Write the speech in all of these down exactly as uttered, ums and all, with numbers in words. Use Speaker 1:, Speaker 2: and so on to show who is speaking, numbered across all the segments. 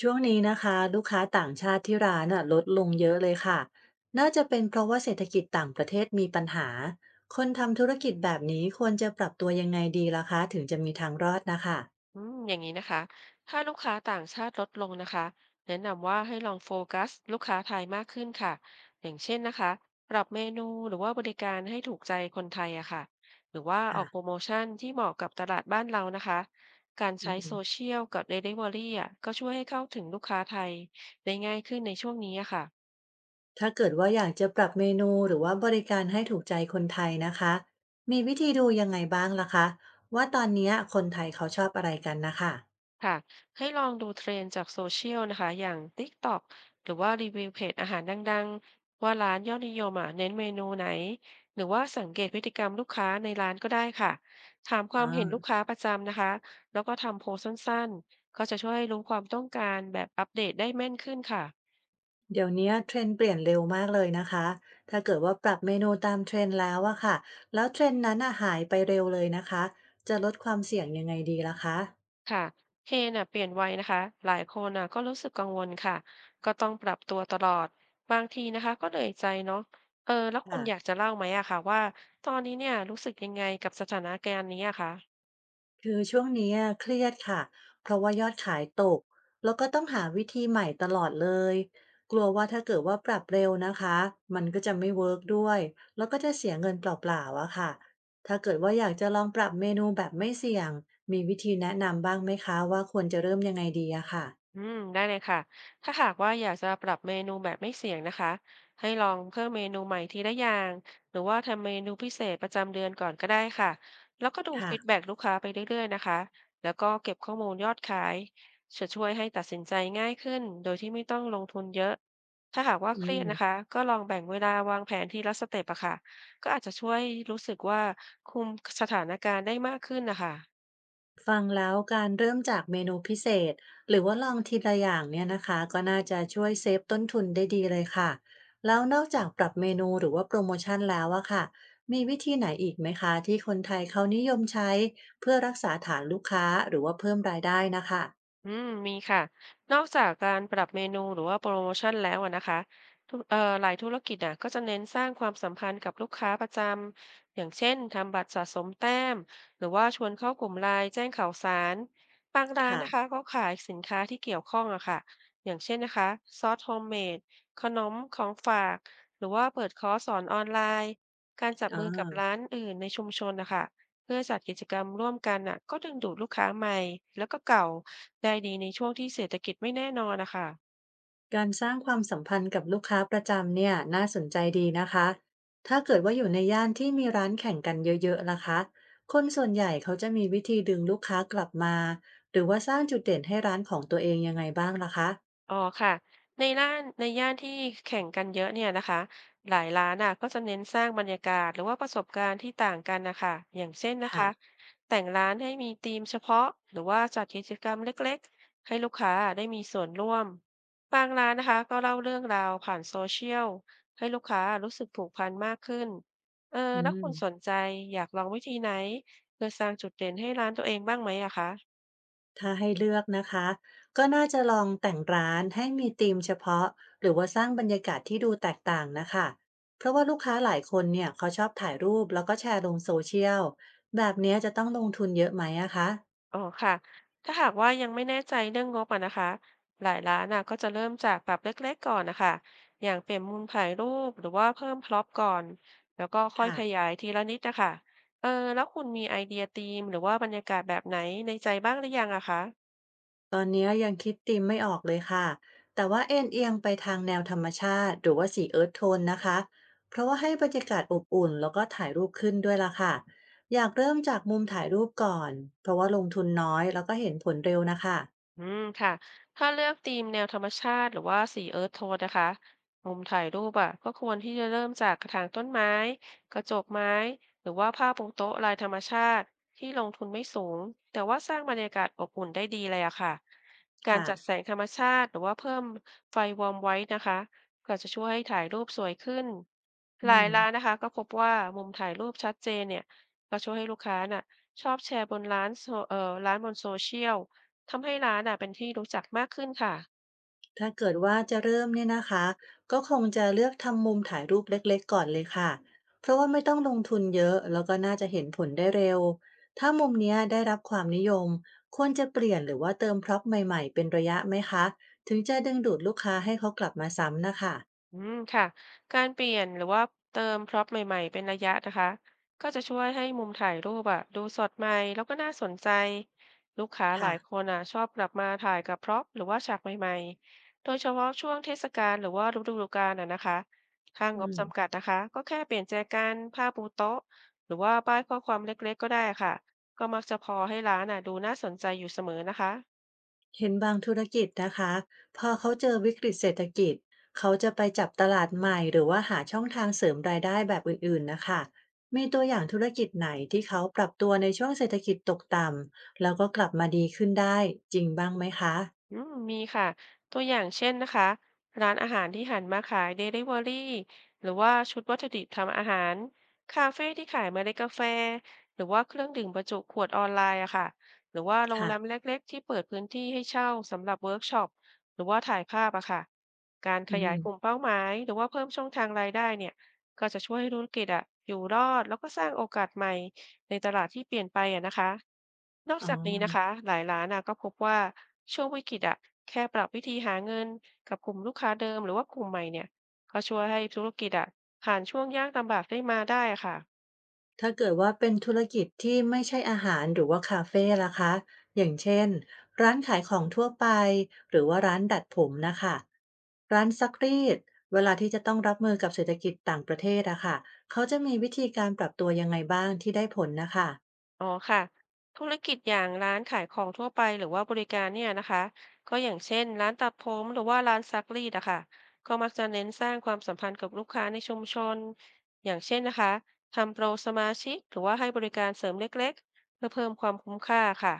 Speaker 1: ช่วงนี้นะคะลูกค้าต่างชาติที่ร้านน่ะลดลงเยอะเลยค่ะน่าจะเป็นเพราะว่าเศรษฐกิจต่างประเทศมีปัญหาคนทำธุรกิจแบบนี้ควรจะปรับตัวยังไงดีล่ะคะถึงจะมีทางรอดนะคะ
Speaker 2: อืมอย่างนี้นะคะถ้าลูกค้าต่างชาติลดลงนะคะแนะนำว่าให้ลองโฟกัสลูกค้าไทยมากขึ้นค่ะอย่างเช่นนะคะปรับเมนูหรือว่าบริการให้ถูกใจคนไทยอะค่ะหรือว่าออ
Speaker 1: ค่ะ
Speaker 2: กโปรโมชั่นที่เหมาะกับตลาดบ้านเรานะคะการ
Speaker 1: อื
Speaker 2: ใช้โซ
Speaker 1: ม
Speaker 2: เชียลกับ Delivery อะก็ช่วยให้เข้าถึงลูกค้าไทยได้ง่ายขึ้นในช่วงนี้อะค่ะ
Speaker 1: ถ้าเกิดว่าอยากจะปรับเมนูหรือว่าบริการให้ถูกใจคนไทยนะคะมีวิธีดูยังไงบ้างล่ะคะว่าตอนเนี้ยคนไทยเขาชอบอะไรกันนะคะ
Speaker 2: ค่ะให้ลองดูเทรนด์จากโซเชียลนะคะอย่าง TikTok หรือว่ารีวิวเพจอาหารดังๆว่าร้านยอดนิยมอ่ะเน้นเมนูไหนหรือว่าสังเกตพฤติกรรมลูกค้าในร้านก็ได้ค่ะถามค
Speaker 1: อ่
Speaker 2: วามเห็นลูก
Speaker 1: า
Speaker 2: ค้าประจำนะคะแล้วก็ทำโพลสั้นๆก็จะช่วยให้รู้ความต้องการแบบอัปเดตได้แม่นขึ้นค่ะ
Speaker 1: เดี๋ยวนี้เทรนด์เปลี่ยนเร็วมากเลยนะคะถ้าเกิดว่าปรับเมนูตาม t r e n แล้วอะค่ะแล้ว t r e n นั้นอะหายไปเร็วเลยนะคะจะลดความเสี่ยงยังไงดีล่ะคะ
Speaker 2: ค่ะเทรนด์น่ะเปลี่ยนไวนะคะหลายคนน่ะก็รู้สึกกังวลค่ะก็ต้องปรับตัวตลอด บางทีนะคะก็เหนื่อยใจเนาะเออแล้วคุณอยาก
Speaker 1: ค่ะ
Speaker 2: จะเล่าไหมอะค่ะว่าตอนนี้เนี่ยรู้สึกยังไงกับสถานการณ์นี้อะคะ
Speaker 1: คือช่วงนี้อะเครียดค่ะเพราะว่ายอดขายตกแล้วก็ต้องหาวิธีใหม่ตลอดเลยกลัวว่าถ้าเกิดว่าปรับเร็วนะคะมันก็จะไม่เวิร์กด้วยแล้วก็จะเสียเงินเปล่าๆอะค่ะถ้าเกิดว่าอยากจะลองปรับเมนูแบบไม่เสี่ยงมีวิธีแนะนำบ้างไหมคะว่าควรจะเริ่มยังไงดีอะค่ะ
Speaker 2: อืมได้เลยค่ะถ้าหากว่าอยากจะปรับเมนูแบบไม่เสี่ยงนะคะให้ลองเพิ่มเมนูใหม่ทีละอย่างหรือว่าทำเมนูพิเศษประจำเดือนก่อนก็ได้ค่ะ แล้วก็ดู
Speaker 1: ค่ะ
Speaker 2: ฟีดแบ็กลูกค้าไปเรื่อยๆนะคะแล้วก็เก็บข้อมูลยอดขายจะช่วยให้ตัดสินใจง่ายขึ้นโดยที่ไม่ต้องลงทุนเยอะ ถ้าหากว่า
Speaker 1: อื
Speaker 2: เครียดนะคะ
Speaker 1: ม
Speaker 2: ก็ลองแบ่งเวลาวางแผนทีละสเต็ปอะค่ะก็อาจจะช่วยรู้สึกว่าคุมสถานการณ์ได้มากขึ้นนะคะ
Speaker 1: ฟังแล้วการเริ่มจากเมนูพิเศษหรือว่าลองทีละอย่างเนี่ยนะคะก็น่าจะช่วยเซฟต้นทุนได้ดีเลยค่ะแล้วนอกจากปรับเมนูหรือว่าโปรโมชั่นแล้วอะค่ะมีวิธีไหนอีกไหมคะที่คนไทยเขานิยมใช้เพื่อรักษาฐานลูกค้าหรือว่าเพิ่มรายได้นะคะ
Speaker 2: อืมมีค่ะ นอกจากการปรับเมนูหรือว่าโปรโมชันแล้วอะนะคะทุกเอ่อหลายธุรกิจอะก็จะเน้นสร้างความสัมพันธ์กับลูกค้าประจำ อย่างเช่นทำบัตรสะสมแต้ม หรือว่าชวนเข้ากลุ่มไลน์แจ้งข่าวสารบางร้านนะคะ
Speaker 1: ค่ะ
Speaker 2: ก็ขายสินค้าที่เกี่ยวข้องอะค่ะอย่างเช่นนะคะซอสโฮมเมดขนมของฝาก หรือว่าเปิดคอร์สสอนออนไลน์ การจับมือกับ
Speaker 1: อา
Speaker 2: ร้านอื่นในชุมชนนะคะเพื่อจัดกิจกรรมร่วมกันน่ะก็ดึงดูดลูกค้าใหม่แล้วก็เก่า ได้ดีในช่วงที่เศรษฐกิจไม่แน่นอนนะคะ
Speaker 1: การสร้างความสัมพันธ์กับลูกค้าประจำเนี่ยน่าสนใจดีนะคะ ถ้าเกิดว่าอยู่ในย่านที่มีร้านแข่งกันเยอะๆล่ะคะคนส่วนใหญ่เขาจะมีวิธีดึงลูกค้ากลับมาหรือว่าสร้างจุดเด่นให้ร้านของตัวเองยังไงบ้างล่ะคะ
Speaker 2: อ๋อค่ะในร้านในย่านที่แข่งกันเยอะเนี่ยนะคะหลายร้านน่ะก็จะเน้นสร้างบรรยากาศหรือว่าประสบการณ์ที่ต่างกันนะคะอย่างเช่นนะ
Speaker 1: ค่ะ
Speaker 2: คะแต่งร้านให้มีธีมเฉพาะหรือว่าจัดกิจกรรมเล็กๆให้ลูกค้าได้มีส่วนร่วมบางร้านนะคะก็เล่าเรื่องราวผ่านโซเชียลให้ลูกค้ารู้สึกผูกพันมากขึ้นเออ
Speaker 1: อื
Speaker 2: แล้ว
Speaker 1: ม
Speaker 2: คุณสนใจอยากลองวิธีไหนเพื่อสร้างจุดเด่นให้ร้านตัวเองบ้างไหมอะคะ
Speaker 1: ถ้าให้เลือกนะคะ ก็น่าจะลองแต่งร้านให้มีธีมเฉพาะหรือว่าสร้างบรรยากาศที่ดูแตกต่างนะคะเพราะว่าลูกค้าหลายคนเนี่ยเขาชอบถ่ายรูปแล้วก็แชร์ลงโซเชียลแบบเนี้ยจะต้องลงทุนเยอะไหมอะคะ
Speaker 2: อ๋อค่ะถ้าหากว่ายังไม่แน่ใจเรื่องงบอะนะคะหลายร้านน่ะก็จะเริ่มจากปรับเล็กๆก่อนนะคะอย่างเปลี่ยนมุมถ่ายรูปหรือว่าเพิ่มพร็อพก่อนแล้วก็ค่อย
Speaker 1: ค่ะ
Speaker 2: ขยายทีละนิดนะคะเออแล้วคุณมีไอเดียธีมหรือว่าบรรยากาศแบบไหนในใจบ้างหรือยังอะคะ
Speaker 1: ตอนนี้ยยังคิดธีมไม่ออกเลยค่ะแต่ว่าเอ็นเอียงไปทางแนวธรรมชาติหรือว่าสีเอิร์ธโทนนะคะเพราะว่าให้บรรยากาศอบอุ่นแล้วก็ถ่ายรูปขึ้นด้วยล่ะค่ะอยากเริ่มจากมุมถ่ายรูปก่อนเพราะว่าลงทุนน้อยแล้วก็เห็นผลเร็วนะคะ
Speaker 2: อืมค่ะถ้าเลือกธีมแนวธรรมชาติหรือว่าสีเอิร์ธโทนนะคะมุมถ่ายรูปอ่ะก็ควรที่จะเริ่มจากกระถางต้นไม้กระจกไม้หรือว่าผ้าปูโต๊ะลายธรรมชาติที่ลงทุนไม่สูงแต่ว่าสร้างบรรยากาศอบอุ่นได้ดีเลยอะค่ะการ
Speaker 1: ค่ะ
Speaker 2: จัดแสงธรรมชาติหรือว่าเพิ่มไฟวอร์มไว้นะคะก็จะช่วยให้ถ่ายรูปสวยขึ้น
Speaker 1: อื
Speaker 2: หลาย
Speaker 1: ม
Speaker 2: ร้านนะคะก็พบว่ามุมถ่ายรูปชัดเจนเนี่ยก็ช่วยให้ลูกค้าน่ะชอบแชร์บนร้านโซเอ่อร้านบนโซเชียล ทำให้ร้านอะเป็นที่รู้จักมากขึ้นค่ะ
Speaker 1: ถ้าเกิดว่าจะเริ่มเนี่ยนะคะก็คงจะเลือกทำมุมถ่ายรูปเล็กๆก่อนเลยค่ะเพราะว่าไม่ต้องลงทุนเยอะแล้วก็น่าจะเห็นผลได้เร็วถ้ามุมเนี้ยได้รับความนิยมควรจะเปลี่ยนหรือว่าเติมพร็อพใหม่ๆเป็นระยะไหมคะถึงจะดึงดูดลูกค้าให้เขากลับมาซ้ำนะคะ
Speaker 2: อืมค่ะ การเปลี่ยนหรือว่าเติมพร็อพใหม่ๆเป็นระยะนะคะ ก็จะช่วยให้มุมถ่ายรูปอะดูสดใหม่แล้วก็น่าสนใจลูกค้าห
Speaker 1: ค่ะ
Speaker 2: ลายคนอะชอบกลับมาถ่ายกับพร็อพหรือว่าฉากใหม่ๆโดยเฉพาะช่วงเทศกาลหรือว่าฤดูกาลอะนะคะถ้า
Speaker 1: อื
Speaker 2: งบจำกัด
Speaker 1: ม
Speaker 2: นะคะก็แค่เปลี่ยนแจกันผ้าปูโต๊ะหรือว่าป้ายข้อความเล็กๆก็ได้ค่ะก็มักจะพอให้ร้านอะดูน่าสนใจอยู่เสมอนะคะ
Speaker 1: เห็นบางธุรกิจนะคะพอเขาเจอวิกฤตเศรษฐกิจเขาจะไปจับตลาดใหม่หรือว่าหาช่องทางเสริมรายได้แบบอื่นๆนะคะมีตัวอย่างธุรกิจไหนที่เขาปรับตัวในช่วงเศรษฐกิจตกต่ำแล้วก็กลับมาดีขึ้นได้จริงบ้างไหมคะ
Speaker 2: อืมมีค่ะตัวอย่างเช่นนะคะร้านอาหารที่หันมาขายเดลิเวอรี่หรือว่าชุดวัตถุดิบทำอาหารคาเฟ่ที่ขายเมล็ดกาแฟหรือว่าเครื่องดื่มบรรจุขวดออนไลน์อะค่ะหรือว่าโรงแร
Speaker 1: ค่ะ
Speaker 2: มเล็กๆที่เปิดพื้นที่ให้เช่าสำหรับเวิร์กช็อปหรือว่าถ่ายภาพอะค่ะการข
Speaker 1: อื
Speaker 2: ยาย
Speaker 1: ม
Speaker 2: กลุ่มเป้าหมายหรือว่าเพิ่มช่องทางรายได้เนี่ยก็จะช่วยให้ธุรกิจอะอยู่รอดแล้วก็สร้างโอกาสใหม่ ในตลาดที่เปลี่ยนไปอะนะคะนอก
Speaker 1: อ๋
Speaker 2: จากนี้นะ
Speaker 1: อ
Speaker 2: คะหลายร้านอะก็พบว่าช่วงวิกฤตอะแค่ปรับวิธีหาเงินกับกลุ่มลูกค้าเดิมหรือว่ากลุ่มใหม่เนี่ยก็ช่วยให้ธุรกิจอะผ่านช่วงยากลำบากได้มาได้อะค่ะ
Speaker 1: ถ้าเกิดว่าเป็นธุรกิจที่ไม่ใช่อาหารหรือว่าคาเฟล่ะคะอย่างเช่นร้านขายของทั่วไปหรือว่าร้านดัดผมนะคะร้านซักรีดเวลาที่จะต้องรับมือกับเศรษฐกิจต่างประเทศอะค่ะเขาจะมีวิธีการปรับตัวยังไงบ้างที่ได้ผลนะคะ
Speaker 2: อ๋อค่ะธุรกิจอย่างร้านขายของทั่วไปหรือว่าบริการเนี่ยนะคะก็อย่างเช่นร้านตัดผมหรือว่าร้านซักรีดอะค่ะก็มักจะเน้นสร้างความสัมพันธ์กับลูกค้าในชุมชนอย่างเช่นนะคะทำโปรสมาชิกหรือว่าให้บริการเสริมเล็กๆเพื่อเพิ่มความคุ้มค่าค่ะ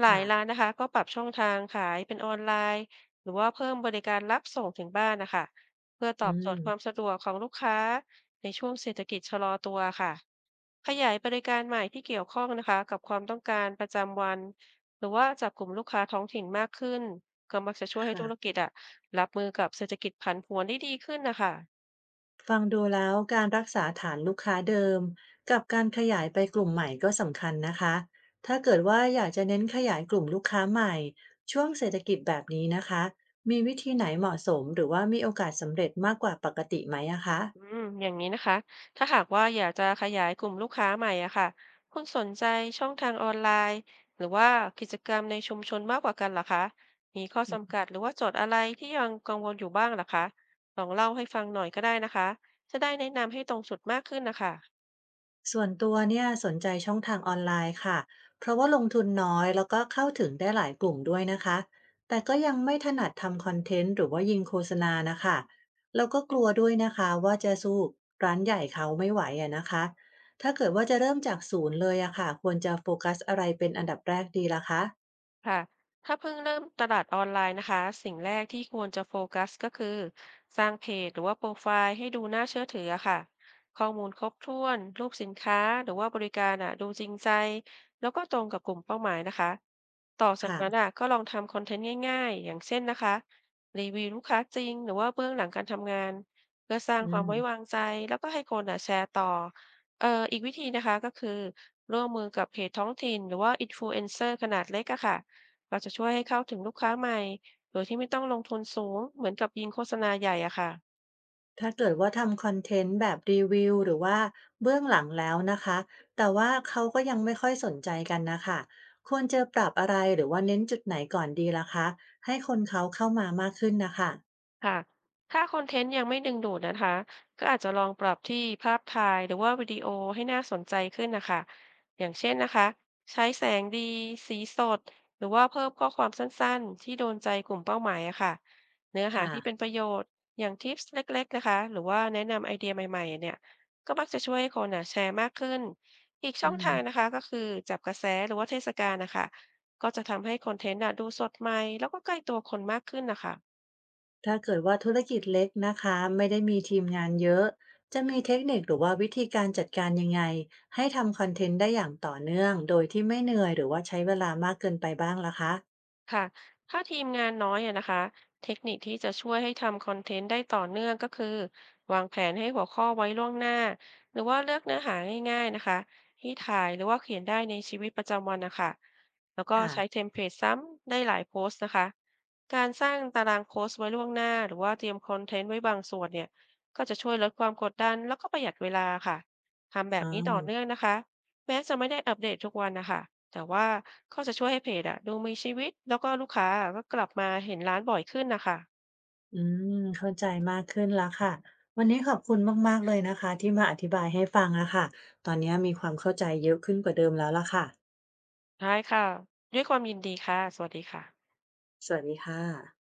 Speaker 2: หลาย
Speaker 1: ค่ะ
Speaker 2: ร้านนะคะก็ปรับช่องทางขายเป็นออนไลน์หรือว่าเพิ่มบริการรับส่งถึงบ้านนะคะเพื่อต
Speaker 1: อื
Speaker 2: อบโจท
Speaker 1: ม
Speaker 2: ย์ความสะดวกของลูกค้าในช่วงเศรษฐกิจชะลอตัวค่ะ ขยายบริการใหม่ที่เกี่ยวข้องนะคะกับความต้องการประจำวันหรือว่าจับกลุ่มลูกค้าท้องถิ่นมากขึ้นก็มักจะช่วยให้
Speaker 1: ค่ะ
Speaker 2: ธุรกิจอะรับมือกับเศรษฐกิจผันผวนได้ดีขึ้นนะคะ
Speaker 1: ฟังดูแล้วการรักษาฐานลูกค้าเดิมกับการขยายไปกลุ่มใหม่ก็สำคัญนะคะ ถ้าเกิดว่าอยากจะเน้นขยายกลุ่มลูกค้าใหม่ช่วงเศรษฐกิจแบบนี้นะคะ มีวิธีไหนเหมาะสมหรือว่ามีโอกาสสำเร็จมากกว่าปกติไหมอะคะ
Speaker 2: อืมอย่างนี้นะคะถ้าหากว่าอยากจะขยายกลุ่มลูกค้าใหม่อะค่ะคุณสนใจช่องทางออนไลน์หรือว่ากิจกรรมในชุมชนมากกว่ากันเหรอคะมีข้อจำกัดหรือว่าโจทย์อะไรที่ยังกังวลอยู่บ้างเหรอคะลองเล่าให้ฟังหน่อยก็ได้นะคะจะได้แนะนำให้ตรงจุดมากขึ้นนะคะ
Speaker 1: ส่วนตัวเนี่ยสนใจช่องทางออนไลน์ค่ะ เพราะว่าลงทุนน้อยแล้วก็เข้าถึงได้หลายกลุ่มด้วยนะคะ แต่ก็ยังไม่ถนัดทำคอนเทนต์หรือว่ายิงโฆษณานะคะแล้วก็กลัวด้วยนะคะว่าจะสู้ร้านใหญ่เขาไม่ไหวอะนะคะ ถ้าเกิดว่าจะเริ่มจากศูนย์เลยอะค่ะควรจะโฟกัสอะไรเป็นอันดับแรกดีล่ะคะ
Speaker 2: ค่ะถ้าเพิ่งเริ่มตลาดออนไลน์นะคะสิ่งแรกที่ควรจะโฟกัสก็คือสร้างเพจหรือว่าโปรไฟล์ให้ดูน่าเชื่อถืออะค่ะข้อมูลครบถ้วนรูปสินค้าหรือว่าบริการอะดูจริงใจแล้วก็ตรงกับกลุ่มเป้าหมายนะคะต่อจาก
Speaker 1: ค่ะ
Speaker 2: นั้นอะก็ลองทำคอนเทนต์ง่ายๆอย่างเช่นนะคะรีวิวลูกค้าจริงหรือว่าเบื้องหลังการทำงานเพื่อสร้าง
Speaker 1: อื
Speaker 2: ความไว้วา
Speaker 1: ม
Speaker 2: งใจแล้วก็ให้คนอะแชร์ต่อเอ่ออีกวิธีนะคะก็คือร่วมมือกับเพจท้องถิ่นหรือว่าอินฟลูเอนเซอร์ขนาดเล็กอะค่ะ เราจะช่วยให้เข้าถึงลูกค้าใหม่โดยที่ไม่ต้องลงทุนสูงเหมือนกับยิงโฆษณาใหญ่อะค่ะ
Speaker 1: ถ้าเกิดว่าทำคอนเทนต์แบบรีวิวหรือว่าเบื้องหลังแล้วนะคะแต่ว่าเขาก็ยังไม่ค่อยสนใจกันนะคะควรจะปรับอะไรหรือว่าเน้นจุดไหนก่อนดีล่ะคะให้คนเขาเข้ามามากขึ้นนะคะ
Speaker 2: ค่ะถ้าคอนเทนต์ยังไม่ดึงดูดนะคะก็อาจจะลองปรับที่ภาพถ่ายหรือว่าวิดีโอให้น่าสนใจขึ้นนะคะอย่างเช่นนะคะใช้แสงดีสีสดหรือว่าเพิ่มข้อความสั้นๆที่โดนใจกลุ่มเป้าหมายอะค่ะเนื้อหา
Speaker 1: ค่ะ
Speaker 2: ที่เป็นประโยชน์อย่างทิปส์เล็กๆนะคะหรือว่าแนะนำไอเดียใหม่ๆเนี่ยก็มักจะช่วยให้คนอ่ะแชร์มากขึ้น อีก
Speaker 1: อื
Speaker 2: ช่อง
Speaker 1: ม
Speaker 2: ทางนะคะก็คือจับกระแสหรือว่าเทศกาลนะคะก็จะทำให้คอนเทนต์อ่ะดูสดใหม่แล้วก็ใกล้ตัวคนมากขึ้นนะคะ
Speaker 1: ถ้าเกิดว่าธุรกิจเล็กนะคะไม่ได้มีทีมงานเยอะจะมีเทคนิคหรือว่าวิธีการจัดการยังไงให้ทำคอนเทนต์ได้อย่างต่อเนื่องโดยที่ไม่เหนื่อยหรือว่าใช้เวลามากเกินไปบ้างล่ะคะ
Speaker 2: ค่ะถ้าทีมงานน้อยอะนะคะเทคนิคที่จะช่วยให้ทำคอนเทนต์ได้ต่อเนื่องก็คือวางแผนให้หัวข้อไว้ล่วงหน้า หรือว่าเลือกเนื้อหาง่ายๆนะคะที่ถ่ายหรือว่าเขียนได้ในชีวิตประจำวันนะคะแล้วก็
Speaker 1: ค่ะ
Speaker 2: ใช้เทมเพลตซ้ำได้หลายโพสต์นะคะการสร้างตารางโพสต์ไว้ล่วงหน้าหรือว่าเตรียมคอนเทนต์ไว้บางส่วนเนี่ยก็จะช่วยลดความกดดันแล้วก็ประหยัดเวลาค่ะทำแบ
Speaker 1: อ๋
Speaker 2: บนี้ต่อเนื่
Speaker 1: อ
Speaker 2: องนะคะ แม้จะไม่ได้อัปเดตทุกวันนะคะ แต่ว่าก็จะช่วยให้เพจอะดูมีชีวิต แล้วก็ลูกค้าก็กลับมาเห็นร้านบ่อยขึ้นนะคะ
Speaker 1: อืมเข้าใจมากขึ้นแล้วค่ะวันนี้ขอบคุณมากๆเลยนะคะที่มาอธิบายให้ฟังอะค่ะตอนนี้มีความเข้าใจเยอะขึ้นกว่าเดิมแล้วล่ะค่ะ
Speaker 2: ได้ค่ะด้วยความยินดีค่ะ สวัสดีค่ะ
Speaker 1: สวัสดีค่ะ